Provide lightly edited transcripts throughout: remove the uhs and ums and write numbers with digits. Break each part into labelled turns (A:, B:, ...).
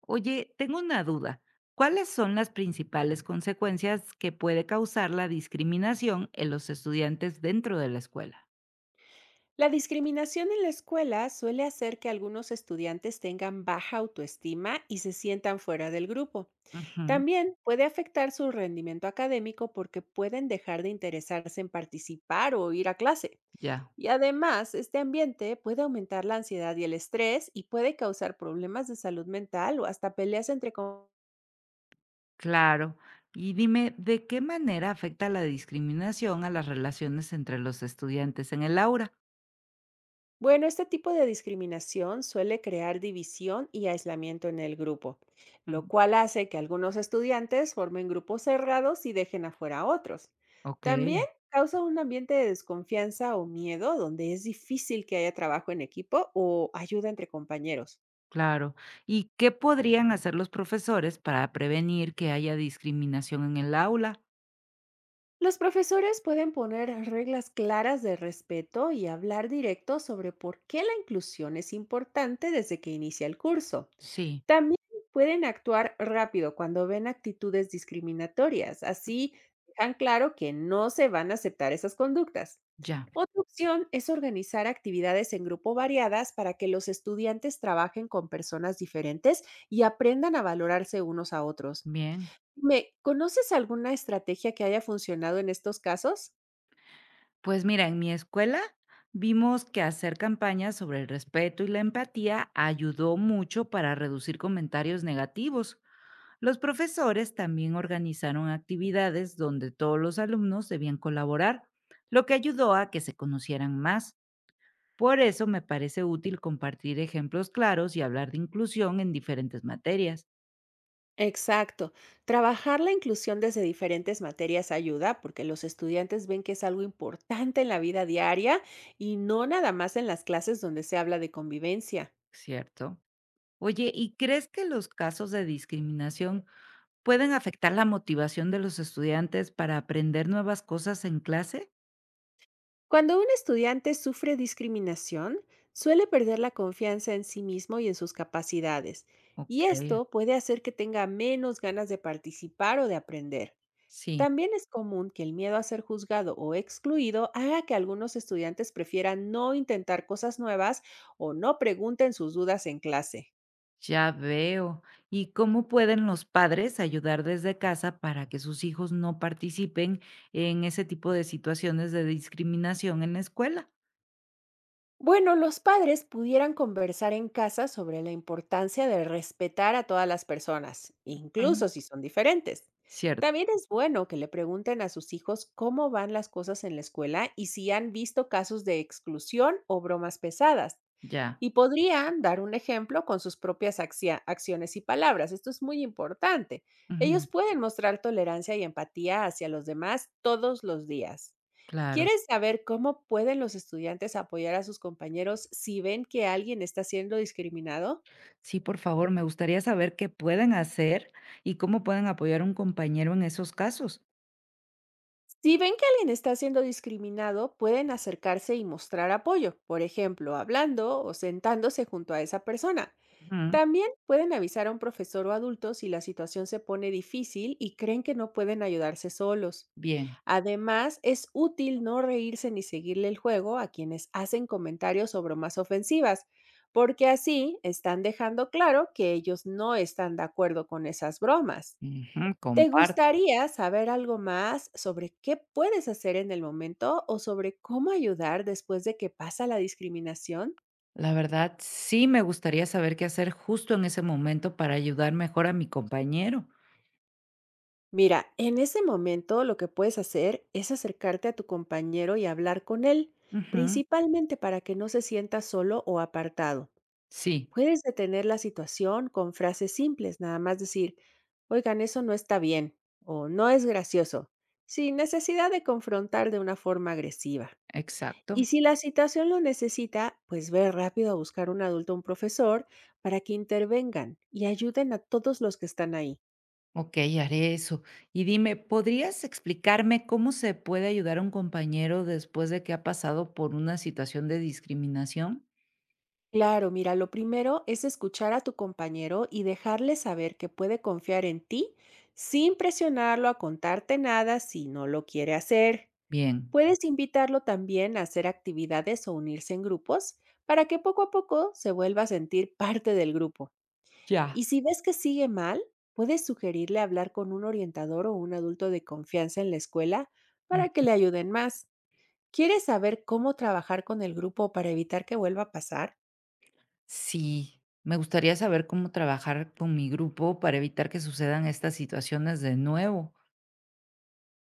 A: Oye, tengo una duda. ¿Cuáles son las principales consecuencias que puede causar la discriminación en los estudiantes dentro de la escuela?
B: La discriminación en la escuela suele hacer que algunos estudiantes tengan baja autoestima y se sientan fuera del grupo.
A: Ujú,
B: También puede afectar su rendimiento académico porque pueden dejar de interesarse en participar o ir a clase.
A: ya,
B: Y además, este ambiente puede aumentar la ansiedad y el estrés y puede causar problemas de salud mental o hasta peleas entre compañeros.
A: claro. Y dime, ¿de qué manera afecta la discriminación a las relaciones entre los estudiantes en el aula?
B: Bueno, este tipo de discriminación suele crear división y aislamiento en el grupo, lo
A: Mm,
B: cual hace que algunos estudiantes formen grupos cerrados y dejen afuera a otros.
A: Ok,
B: También causa un ambiente de desconfianza o miedo donde es difícil que haya trabajo en equipo o ayuda entre compañeros.
A: claro. ¿Y qué podrían hacer los profesores para prevenir que haya discriminación en el aula?
B: Los profesores pueden poner reglas claras de respeto y hablar directo sobre por qué la inclusión es importante desde que inicia el curso.
A: Sí,
B: También pueden actuar rápido cuando ven actitudes discriminatorias, así dejan claro que no se van a aceptar esas conductas.
A: ya,
B: Otra opción es organizar actividades en grupo variadas para que los estudiantes trabajen con personas diferentes y aprendan a valorarse unos a otros.
A: bien.
B: ¿Me conoces alguna estrategia que haya funcionado en estos casos?
A: Pues mira, en mi escuela vimos que hacer campañas sobre el respeto y la empatía ayudó mucho para reducir comentarios negativos. Los profesores también organizaron actividades donde todos los alumnos debían colaborar, lo que ayudó a que se conocieran más. Por eso me parece útil compartir ejemplos claros y hablar de inclusión en diferentes materias.
B: Exacto. Trabajar la inclusión desde diferentes materias ayuda porque los estudiantes ven que es algo importante en la vida diaria y no nada más en las clases donde se habla de convivencia.
A: Cierto. Oye, ¿y crees que los casos de discriminación ¿pueden afectar la motivación de los estudiantes para aprender nuevas cosas en clase?
B: Cuando un estudiante sufre discriminación, suele perder la confianza en sí mismo y en sus capacidades, y
A: Okey,
B: esto puede hacer que tenga menos ganas de participar o de aprender.
A: sí,
B: También es común que el miedo a ser juzgado o excluido haga que algunos estudiantes prefieran no intentar cosas nuevas o no pregunten sus dudas en clase.
A: ya veo. ¿Y cómo pueden los padres ayudar desde casa para que sus hijos no participen en ese tipo de situaciones de discriminación en la escuela?
B: Bueno, los padres pudieran conversar en casa sobre la importancia de respetar a todas las personas,
A: Ujú.
B: incluso si son diferentes.
A: Cierto,
B: También es bueno que le pregunten a sus hijos cómo van las cosas en la escuela y si han visto casos de exclusión o bromas pesadas.
A: ya.
B: Y podrían dar un ejemplo con sus propias acciones y palabras. Esto es muy importante.
A: Ujú,
B: Ellos pueden mostrar tolerancia y empatía hacia los demás todos los días.
A: claro.
B: ¿Quieres saber cómo pueden los estudiantes apoyar a sus compañeros si ven que alguien está siendo discriminado?
A: Sí, por favor, me gustaría saber qué pueden hacer y cómo pueden apoyar a un compañero en esos casos.
B: Si ven que alguien está siendo discriminado, pueden acercarse y mostrar apoyo, por ejemplo, hablando o sentándose junto a esa persona.
A: Ujú,
B: También pueden avisar a un profesor o adulto si la situación se pone difícil y creen que no pueden ayudarse solos.
A: bien.
B: Además, es útil no reírse ni seguirle el juego a quienes hacen comentarios o bromas ofensivas, porque así están dejando claro que ellos no están de acuerdo con esas bromas.
A: Ujú,
B: ¿Te
A: compar
B: gustaría saber algo más sobre qué puedes hacer en el momento o sobre cómo ayudar después de que pasa la discriminación?
A: La verdad, sí me gustaría saber qué hacer justo en ese momento para ayudar mejor a mi compañero.
B: Mira, en ese momento lo que puedes hacer es acercarte a tu compañero y hablar con él,
A: Ujú,
B: principalmente para que no se sienta solo o apartado.
A: Sí,
B: Puedes detener la situación con frases simples, nada más decir, oigan, eso no está bien o no es gracioso, sin necesidad de confrontar de una forma agresiva.
A: exacto.
B: Y si la situación lo necesita, pues ve rápido a buscar un adulto o un profesor para que intervengan y ayuden a todos los que están ahí.
A: Ok, haré eso. Y dime, ¿podrías explicarme cómo se puede ayudar a un compañero después de que ha pasado por una situación de discriminación?
B: Claro, mira, lo primero es escuchar a tu compañero y dejarle saber que puede confiar en ti sin presionarlo a contarte nada si no lo quiere hacer.
A: Bien,
B: Puedes invitarlo también a hacer actividades o unirse en grupos para que poco a poco se vuelva a sentir parte del grupo.
A: ya.
B: Y si ves que sigue mal, puedes sugerirle hablar con un orientador o un adulto de confianza en la escuela para que
A: Mm.
B: le ayuden más. ¿Quieres saber cómo trabajar con el grupo para evitar que vuelva a pasar?
A: Sí, me gustaría saber cómo trabajar con mi grupo para evitar que sucedan estas situaciones de nuevo.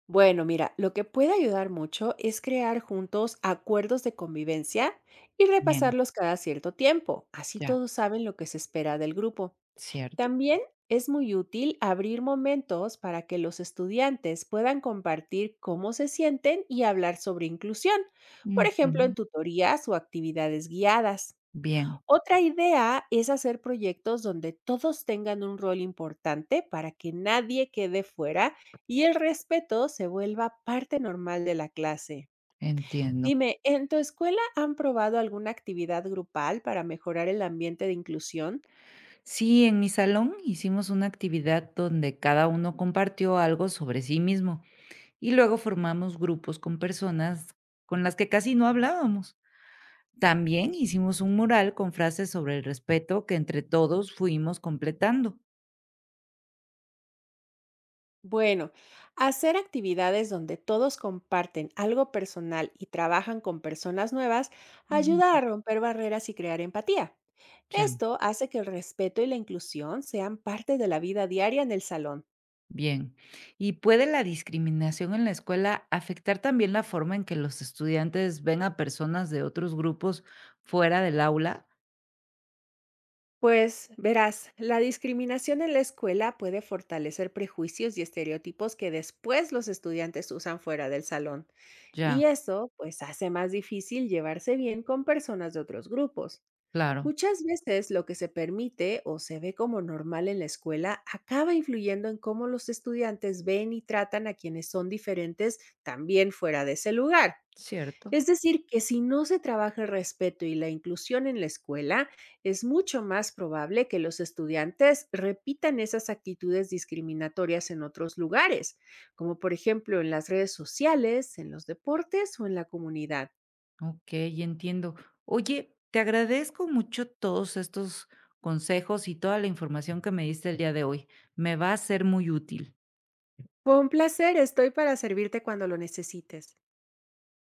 B: Bueno, mira, lo que puede ayudar mucho es crear juntos acuerdos de convivencia y
A: Bien,
B: repasarlos cada cierto tiempo. Así
A: ya,
B: todos saben lo que se espera del grupo.
A: cierto.
B: También es muy útil abrir momentos para que los estudiantes puedan compartir cómo se sienten y hablar sobre inclusión, por ejemplo,
A: Ujú,
B: en tutorías o actividades guiadas.
A: Bien,
B: Otra idea es hacer proyectos donde todos tengan un rol importante para que nadie quede fuera y el respeto se vuelva parte normal de la clase.
A: entiendo.
B: Dime, ¿en tu escuela han probado alguna actividad grupal para mejorar el ambiente de inclusión?
A: Sí, en mi salón hicimos una actividad donde cada uno compartió algo sobre sí mismo y luego formamos grupos con personas con las que casi no hablábamos. También hicimos un mural con frases sobre el respeto que entre todos fuimos completando.
B: Bueno, hacer actividades donde todos comparten algo personal y trabajan con personas nuevas ayuda
A: Ujú.
B: a romper barreras y crear empatía.
A: Ya,
B: Esto hace que el respeto y la inclusión sean parte de la vida diaria en el salón.
A: bien. ¿Y puede la discriminación en la escuela afectar también la forma en que los estudiantes ven a personas de otros grupos fuera del aula?
B: Pues verás, la discriminación en la escuela puede fortalecer prejuicios y estereotipos que después los estudiantes usan fuera del salón.
A: Ya,
B: Y eso pues hace más difícil llevarse bien con personas de otros grupos.
A: claro,
B: Muchas veces lo que se permite o se ve como normal en la escuela acaba influyendo en cómo los estudiantes ven y tratan a quienes son diferentes también fuera de ese lugar.
A: cierto.
B: Es decir, que si no se trabaja el respeto y la inclusión en la escuela, es mucho más probable que los estudiantes repitan esas actitudes discriminatorias en otros lugares, como por ejemplo en las redes sociales, en los deportes o en la comunidad.
A: Okey, entiendo. Oye, te agradezco mucho todos estos consejos y toda la información que me diste el día de hoy. Me va a ser muy útil.
B: Con placer, estoy para servirte cuando lo necesites.